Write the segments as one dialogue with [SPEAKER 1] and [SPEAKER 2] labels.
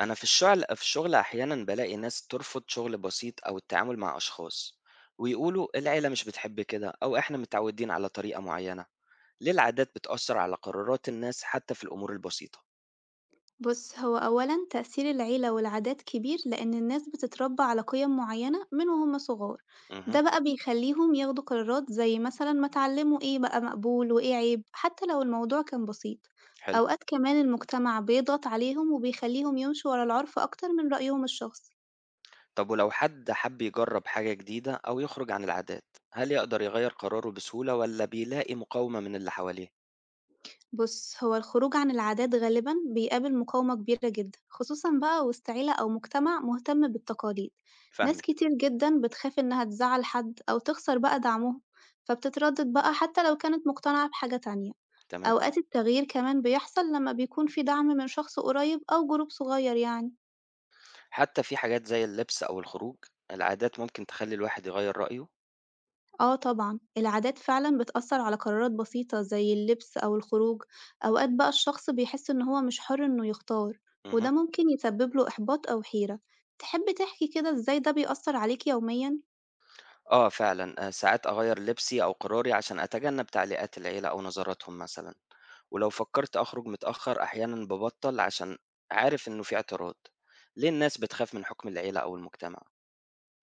[SPEAKER 1] أنا في الشغل أحيانا بلاقي ناس ترفض شغل بسيط أو التعامل مع أشخاص، ويقولوا العيلة مش بتحب كده أو إحنا متعودين على طريقة معينة. ليه العادات بتأثر على قرارات الناس حتى في الأمور البسيطة؟
[SPEAKER 2] بص، هو أولا تأثير العيلة والعادات كبير لأن الناس بتتربى على قيم معينة من وهم صغار.
[SPEAKER 1] امم
[SPEAKER 2] ده بقى بيخليهم ياخدوا قرارات زي مثلا ما اتعلموا ايه بقى مقبول وايه عيب، حتى لو الموضوع كان بسيط.
[SPEAKER 1] حلو.
[SPEAKER 2] أوقات كمان المجتمع بيضغط عليهم وبيخليهم يمشوا ورا العرف أكتر من رأيهم الشخصي.
[SPEAKER 1] طب ولو حد حب يجرب حاجة جديدة أو يخرج عن العادات، هل يقدر يغير قراره بسهولة ولا بيلاقي مقاومة من اللي حواليه؟
[SPEAKER 2] بُص، هو الخروج عن العادات غالبًا بيقابل مقاومة كبيرة جدًا، خصوصًا بقى وسط عيلة أو مجتمع مهتم بالتقاليد. ناس
[SPEAKER 1] فاهمك.
[SPEAKER 2] كتير جدًا بتخاف إنها تزعل حد أو تخسر بقى دعمهم، فبتتردد بقى حتى لو كانت مقتنعة بحاجة تانية.
[SPEAKER 1] تمام.
[SPEAKER 2] أوقات التغيير كمان بيحصل لما بيكون في دعم من شخص قريب أو جروب صغير يعني.
[SPEAKER 1] حتى في حاجات زي اللبس أو الخروج، العادات ممكن تخلي الواحد يغير رأيه؟
[SPEAKER 2] آه طبعًا، العادات فعلًا بتأثّر على قرارات بسيطة زي اللبس أو الخروج، أوقات بقى الشخص بيحس إن هو مش حر إنه يختار،
[SPEAKER 1] مهم.
[SPEAKER 2] وده ممكن يسبب له إحباط أو حيرة. تحب تحكي كده إزاي ده بيأثّر عليك يوميًا؟
[SPEAKER 1] آه فعلًا، ساعات أغيّر لبسي أو قراري عشان أتجنب تعليقات العيلة أو نظراتهم مثلًا، ولو فكّرت أخرج متأخّر أحيانًا بابطّل عشان عارف إنه في اعتراض، ليه الناس بتخاف من حُكم العيلة أو المجتمع؟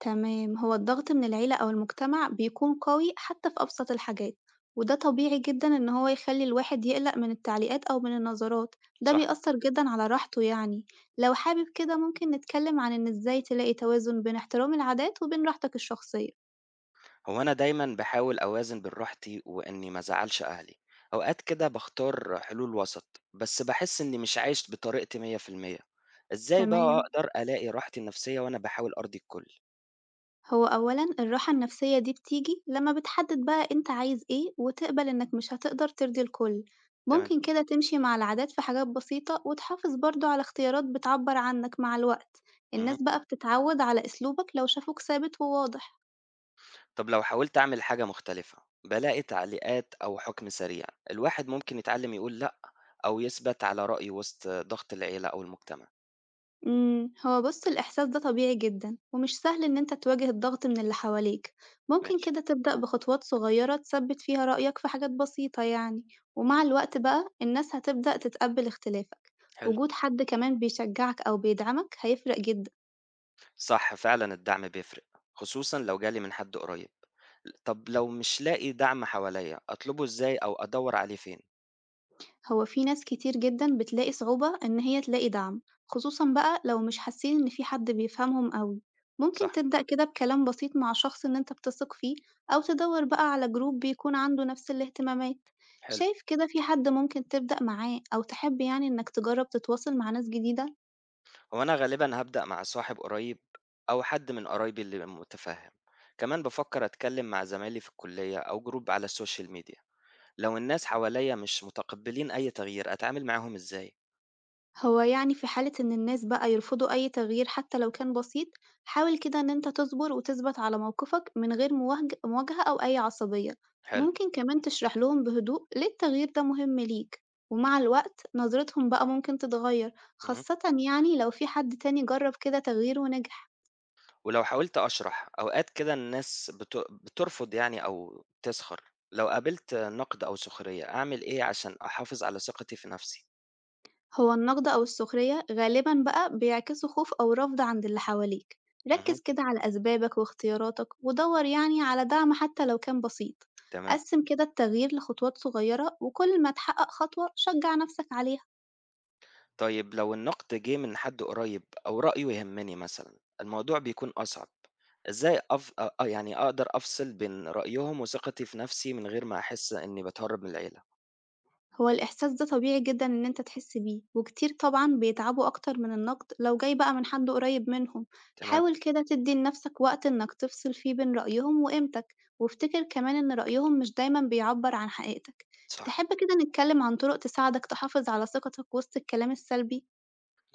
[SPEAKER 2] تمام، هو الضغط من العيلة أو المجتمع بيكون قوي حتى في أبسط الحاجات، وده طبيعي جدًا إن هو يخلّي الواحد يقلق من التعليقات أو من النظرات، ده
[SPEAKER 1] صح،
[SPEAKER 2] بيأثّر جدًا على راحته يعني. لو حابب كده ممكن نتكلم عن إن إزاي تلاقي توازن بين احترام العادات وبين راحتك الشخصية.
[SPEAKER 1] هو أنا دايمًا باحاول أوازن بين راحتي وإني ما أزعّلش أهلي، أوقات كده باختار حلول وسط، بس باحس إني مش عايش بطريقتي 100%، إزاي بقى
[SPEAKER 2] تمام،
[SPEAKER 1] أقدر ألاقي راحتي النفسية وأنا باحاول أرضي الكل؟
[SPEAKER 2] هو أولا الراحة النفسية دي بتيجي لما بتحدد بقى أنت عايز إيه وتقبل إنك مش هتقدر ترضي الكل.
[SPEAKER 1] تمام،
[SPEAKER 2] ممكن كده تمشي مع العادات في حاجات بسيطة وتحافظ برضه على اختيارات بتعبر عنك مع الوقت.
[SPEAKER 1] اهم.
[SPEAKER 2] الناس بقى بتتعود على أسلوبك لو شافوك ثابت وواضح.
[SPEAKER 1] طب لو حاولت أعمل حاجة مختلفة، بالاقي تعليقات أو حكم سريع، الواحد ممكن يتعلم يقول لأ أو يثبت على رأيه وسط ضغط العيلة أو المجتمع.
[SPEAKER 2] هو بُص الإحساس ده طبيعي جدًا، ومش سهل إن أنت تواجه الضغط من اللي حواليك، ممكن
[SPEAKER 1] ماشي.
[SPEAKER 2] كده تبدأ بخطوات صغيرة تثبِّت فيها رأيك في حاجات بسيطة يعني، ومع الوقت بقى الناس هتبدأ تتقبل اختلافك،
[SPEAKER 1] حلو.
[SPEAKER 2] وجود حد كمان بيشجعك أو بيدعمك هيفرق جدًا.
[SPEAKER 1] صح، فعلا الدعم بيفرق، خصوصا لو جالي من حد قريب. طب لو مش لاقي دعم حواليا، أطلبه إزاي أو أدور عليه فين؟
[SPEAKER 2] هو في ناس كتير جدًا بتلاقي صعوبة إن هي تلاقي دعم، خصوصًا بقى لو مش حاسين إن في حد بيفهمهم أوي، ممكن
[SPEAKER 1] صح.
[SPEAKER 2] تبدأ كده بكلام بسيط مع شخص إن أنت بتثق فيه، أو تدوّر بقى على جروب بيكون عنده نفس الاهتمامات.
[SPEAKER 1] حلو.
[SPEAKER 2] شايف كده في حد ممكن تبدأ معاه أو تحب يعني إنك تجرب تتواصل مع ناس جديدة؟
[SPEAKER 1] هو أنا غالبا هبدأ مع صاحب قريب أو حد من قرايبي اللي متفهم. كمان بفكر أتكلم مع زمايلي في الكلية أو جروب على السوشيال ميديا. لو الناس حواليّا مش متقبلين أي تغيير، أتعامل معاهم إزاي؟
[SPEAKER 2] هو يعني في حالة إن الناس بقى يرفضوا أي تغيير حتى لو كان بسيط، حاول كده إن أنت تصبر وتثبت على موقفك من غير مواجهة أو أي عصبية،
[SPEAKER 1] حلو.
[SPEAKER 2] ممكن كمان تشرح لهم بهدوء ليه التغيير ده مهم ليك، ومع الوقت نظرتهم بقى ممكن تتغير،
[SPEAKER 1] اهم.
[SPEAKER 2] خاصة يعني لو في حد تاني جرب كده تغيير ونجح.
[SPEAKER 1] ولو حاولت أشرح، أوقات كده الناس بترفض يعني أو تسخر، لو قابلت نقد أو سخرية، أعمل إيه عشان أحافظ على ثقتي في نفسي؟
[SPEAKER 2] هو النقد أو السخرية غالبًا بقى بيعكسوا خوف أو رفض عند اللي حواليك،
[SPEAKER 1] اهم.
[SPEAKER 2] ركز كده على أسبابك واختياراتك ودور يعني على دعم حتى لو كان بسيط،
[SPEAKER 1] تمام.
[SPEAKER 2] قسم كده التغيير لخطوات صغيرة وكل ما تحقق خطوة شجع نفسك عليها.
[SPEAKER 1] طيب لو النقد جه من حد قريب أو رأيه يهمني مثلًا، الموضوع بيكون أصعب، إزاي يعني أقدر أفصل بين رأيهم وثقتي في نفسي من غير ما أحس إني باتهرب من العيلة؟
[SPEAKER 2] هو الإحساس ده طبيعي جدًا إن أنت تحس بيه، وكتير طبعًا بيتعبوا أكتر من النقد لو جاي بقى من حد قريب منهم،
[SPEAKER 1] تمام.
[SPEAKER 2] حاول كده تدّي لنفسك وقت إنك تفصل فيه بين رأيهم وقيمتك، وافتكر كمان إن رأيهم مش دايمًا بيعبّر عن حقيقتك.
[SPEAKER 1] صح.
[SPEAKER 2] تحب كده نتكلم عن طرق تساعدك تحافظ على ثقتك وسط الكلام السلبي؟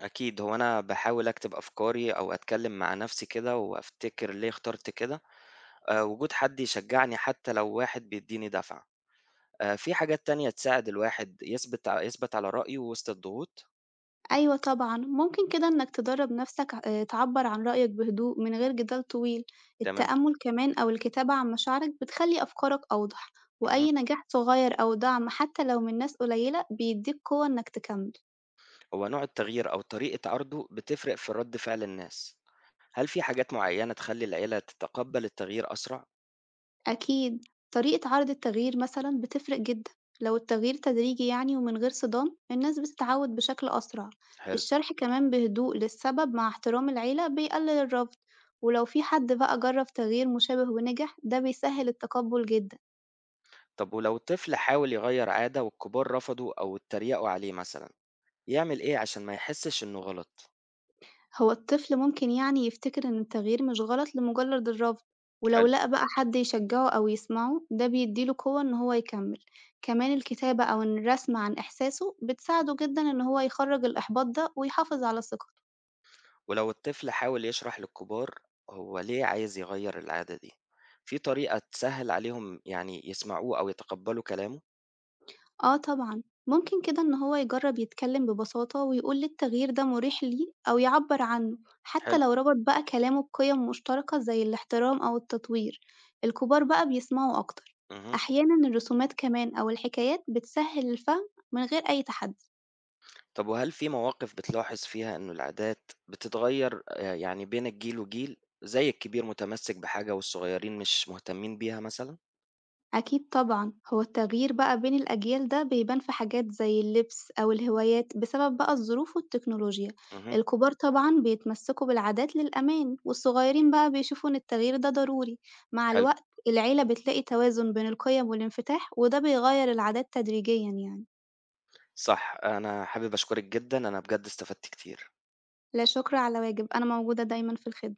[SPEAKER 1] أكيد، هو أنا باحاول أكتب أفكاري أو أتكلّم مع نَفْسي كده وأفتكر ليه اخترت كده، وجود حد يشجّعني حتى لو واحد بيدّيني دَفعة. في حاجات تانية تساعد الواحد يثبت يثبت على رأيه وسط الضغوط؟
[SPEAKER 2] أيوه طبعًا، ممكن كده إنك تدرّب نَفْسك ع تعبّر عن رأيك بهدوء من غير جدال طويل،
[SPEAKER 1] تمام.
[SPEAKER 2] التأمُّل كمان أو الكتابة عن مشاعرك بتخلّي أفكارك أوضح،
[SPEAKER 1] اهم.
[SPEAKER 2] وأي نجاح صغير أو دعم حتى لو من ناس قليلة بيدّيك قوة إنك تكمّل.
[SPEAKER 1] هو نوع التغيير أو طريقة عرضه بتفرق في رَد فعل الناس. هل في حاجات معيّنة تخلّي العيلة تتقبّل التغيير أسرع؟
[SPEAKER 2] أكيد، طريقة عرض التغيير مثلًا بتفرق جدًا، لو التغيير تدريجي يعني ومن غير صدام الناس بتتعود بشكل أسرع،
[SPEAKER 1] حلو.
[SPEAKER 2] الشرح كمان بهدوء للسبب مع احترام العيلة بيقلل الرفض، ولو في حد بقى جرب تغيير مشابه ونجح ده بيسهل التقبل جدًا.
[SPEAKER 1] طب ولو طفل حاول يغيّر عادة والكبار رفضوا أو اتّريقوا عليه مثلًا، يعمل إيه عشان ما يحسّش إنه غلط؟
[SPEAKER 2] هو الطفل ممكن يعني يفتكر إن التغيير مش غلط لمجرد الرفض، ولو
[SPEAKER 1] حلو.
[SPEAKER 2] لقى بقى حد يشجعه أو يسمعه ده بيديله قوة إن هو يكمل، كمان الكتابة أو الرسم عن إحساسه بتساعده جدا إن هو يخرج الإحباط ده ويحافظ على ثقته.
[SPEAKER 1] ولو الطفل حاول يشرح للكبار هو ليه عايز يغير العادة دي، في طريقة تسهل عليهم يعني يسمعوه أو يتقبلوا كلامه؟
[SPEAKER 2] آه طبعًا، ممكن كده إن هو يجرّب يتكلّم ببساطة ويقول ليه التغيير ده مُريح ليه أو يعبّر عنه، حتى
[SPEAKER 1] حلو.
[SPEAKER 2] لو ربط بقى كلامه بقيم مشتركة زي الاحترام أو التطوير، الكبار بقى بيسمعوا أكتر،
[SPEAKER 1] اهم.
[SPEAKER 2] أحيانًا الرسومات كمان أو الحكايات بتسهّل الفهم من غير أي تحدي.
[SPEAKER 1] طب وهل في مواقف بتلاحظ فيها إنه العادات بتتغير يعني بين الجيل وجيل، زي الكبير متمسك بحاجة والصغيرين مش مهتمين بيها مثلا؟
[SPEAKER 2] أكيد طبعًا، هو التغيير بقى بين الأجيال ده بيبان في حاجات زي اللبس أو الهوايات بسبب بقى الظروف والتكنولوجيا،
[SPEAKER 1] اهم.
[SPEAKER 2] الكبار طبعًا بيتمسكوا بالعادات للأمان والصغيرين بقى بيشوفوا إن التغيير ده ضروري، مع
[SPEAKER 1] حلو.
[SPEAKER 2] الوقت العيلة بتلاقي توازن بين القيم والانفتاح وده بيغير العادات تدريجيًا يعني.
[SPEAKER 1] صح، أنا حابب أشكرك جدا، أنا بجد استفدت كتير.
[SPEAKER 2] لا شكر على واجب، أنا موجودة دايمًا في الخدمة.